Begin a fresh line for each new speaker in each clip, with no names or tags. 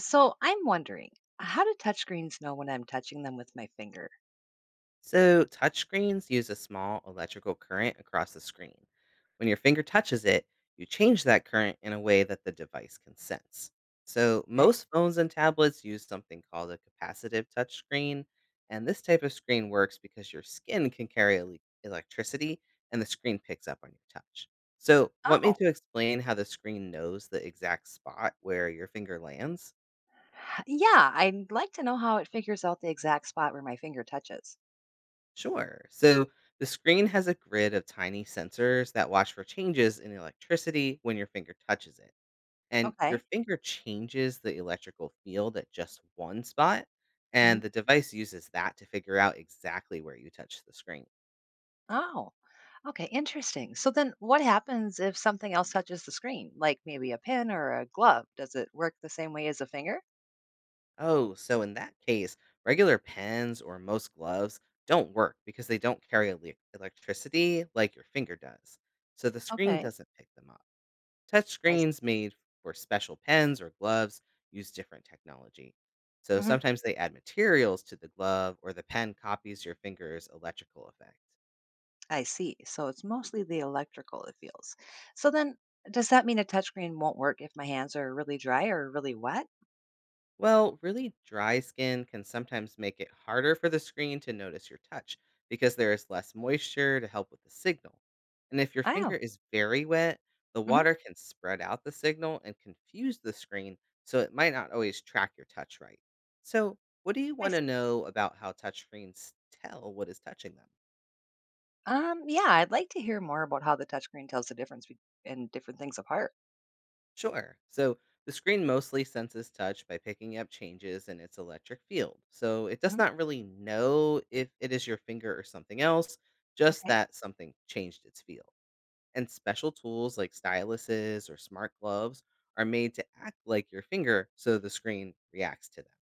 So I'm wondering, how do touchscreens know when I'm touching them with my finger?
So, touchscreens use a small electrical current across the screen. When your finger touches it, you change that current in a way that the device can sense. So,
Okay.
most phones and tablets use something called a capacitive touchscreen, and this type of screen works because your skin can carry electricity and the screen picks up on your touch. So, want me
Oh,
to explain how the screen knows the exact spot where your finger lands?
yeah, I'd like to know how it figures out the exact spot where my finger touches.
Sure. So the screen has a grid of tiny sensors that watch for changes in electricity when your finger touches it. And your
Okay.
finger changes the electrical field at just one spot,
Hmm.
and the device uses that to figure out exactly where you touch the screen.
Oh, okay, interesting. So then what happens if something else touches the screen, like maybe a pin or a glove? Does it work the same way as a finger?
Oh, so in that case, regular pens or most gloves don't work because they don't carry electricity like your finger does. So the screen
Okay.
doesn't pick them up.
I s-
Touchscreens made for special pens or gloves use different technology. So
hmm.
sometimes they add materials to the glove or the pen copies your finger's electrical effect.
I see. So it's mostly the electrical it feels. So then does that mean a touchscreen won't work if my hands are really dry or really wet?
Well, really dry skin can sometimes make it harder for the screen to notice your touch because there is less moisture to help with the signal. And if your
Oh.
finger is very wet, the
Hmm.
water can spread out the signal and confuse the screen, so it might not always track your touch right. So, what do you
I
want to
see.
know about how touch screens tell what is touching them?
Yeah, I'd like to hear more about how the touchscreen tells and different things apart.
Sure. So the screen mostly senses touch by picking up changes in its electric field. So it does
Hmm.
not really know if it is your finger or something else, just
Okay.
that something changed its field. And special tools like styluses or smart gloves are made to act like your finger so the screen reacts to them.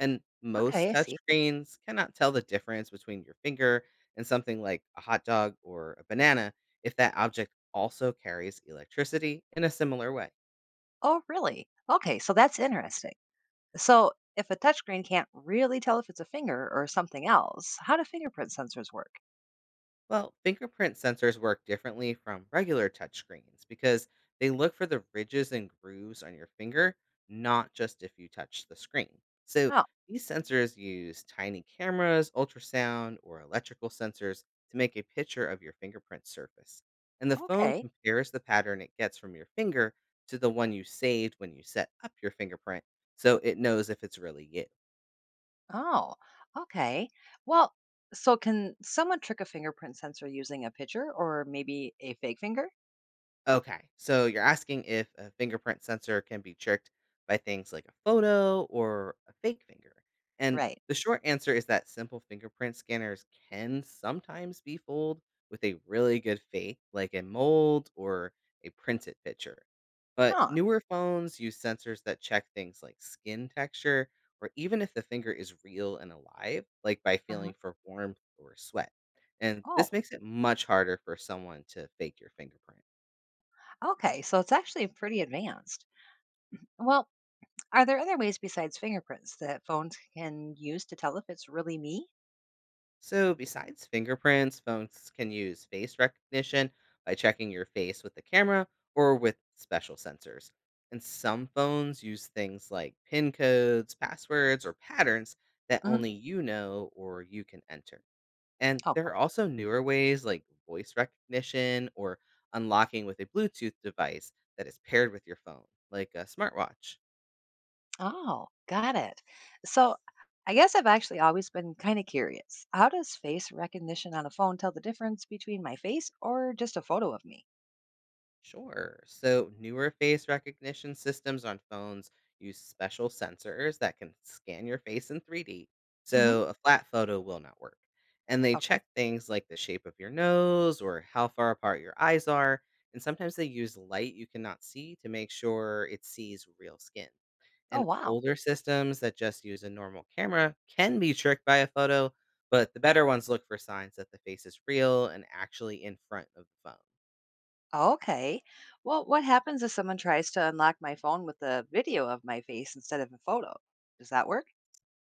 And
Okay,
most
I
touch
see.
screens cannot tell the difference between your finger and something like a hot dog or a banana if that object also carries electricity in a similar way.
Oh, really? Okay, so that's interesting. So, if a touchscreen can't really tell if it's a finger or something else, how do fingerprint sensors work?
Well, fingerprint sensors work differently from regular touchscreens because they look for the ridges and grooves on your finger, not just if you touch the screen. So
Oh,
these sensors use tiny cameras, ultrasound, or electrical sensors to make a picture of your fingerprint surface. And the phone
okay.
compares the pattern it gets from your finger to the one you saved when you set up your fingerprint, so it knows if it's really you.
Oh, okay. Well, so can someone trick a fingerprint sensor using a picture or maybe a fake finger?
Okay, so you're asking if a fingerprint sensor can be tricked by things like a photo or a fake finger. And
Right.
the short answer is that simple fingerprint scanners can sometimes be fooled with a really good fake, like a mold or a printed picture. But
Huh.
newer phones use sensors that check things like skin texture or even if the finger is real and alive, like by
Uh-huh.
feeling for warmth or sweat. And
Oh,
this makes it much harder for someone to fake your fingerprint.
okay. So it's actually pretty advanced. Well, are there other ways besides fingerprints that phones can use to tell if it's really me?
So, besides fingerprints, phones can use face recognition by checking your face with the camera or with special sensors. And some phones use things like PIN codes, passwords, or patterns that
Hmm.
only you know or you can enter. And
Oh,
there are also newer ways like voice recognition or unlocking with a Bluetooth device that is paired with your phone, like a smartwatch.
oh, got it. So I guess I've actually always been kind of curious. How does face recognition on a phone tell the difference between my face or just a photo of me?
Sure. So, newer face recognition systems on phones use special sensors that can scan your face in 3D,
Hmm.
so a flat photo will not work. And they
Okay.
check things like the shape of your nose or how far apart your eyes are. And sometimes they use light you cannot see to make sure it sees real skin.
Oh,
And
wow.
older systems that just use a normal camera can be tricked by a photo, but the better ones look for signs that the face is real and actually in front of the phone.
Okay. Well, what happens if someone tries to unlock my phone with a video of my face instead of a photo? Does that work?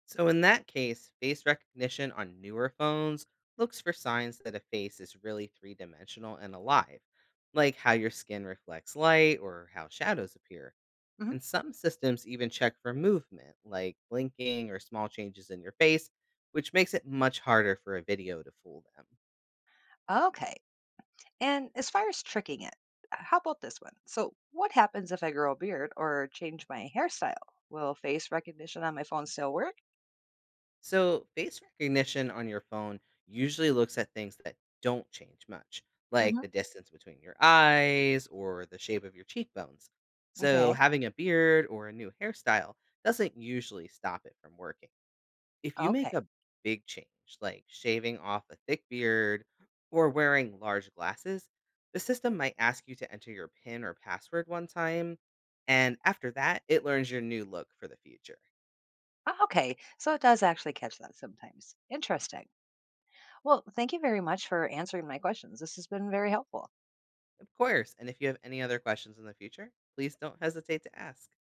So, in that case, face recognition on newer phones looks for signs that a face is really three dimensional and alive, like how your skin reflects light or how shadows appear.
Hmm.
And some systems even check for movement, like blinking or small changes in your face, which makes it much harder for a video to fool them.
Okay. And as far as tricking it, how about this one? So, what happens if I grow a beard or change my hairstyle? Will face recognition on my phone still work?
So, face recognition on your phone usually looks at things that don't change much, like
Hmm.
the distance between your eyes or the shape of your cheekbones. So,
Okay.
having a beard or a new hairstyle doesn't usually stop it from working. If you make
Okay.
a big change, like shaving off a thick beard or wearing large glasses, the system might ask you to enter your PIN or password one time. And after that, it learns your new look for the future.
Ah, okay. So it does actually catch that sometimes. Interesting. Well, thank you very much for answering my questions. This has been very helpful.
Of course, and if you have any other questions in the future, please don't hesitate to ask.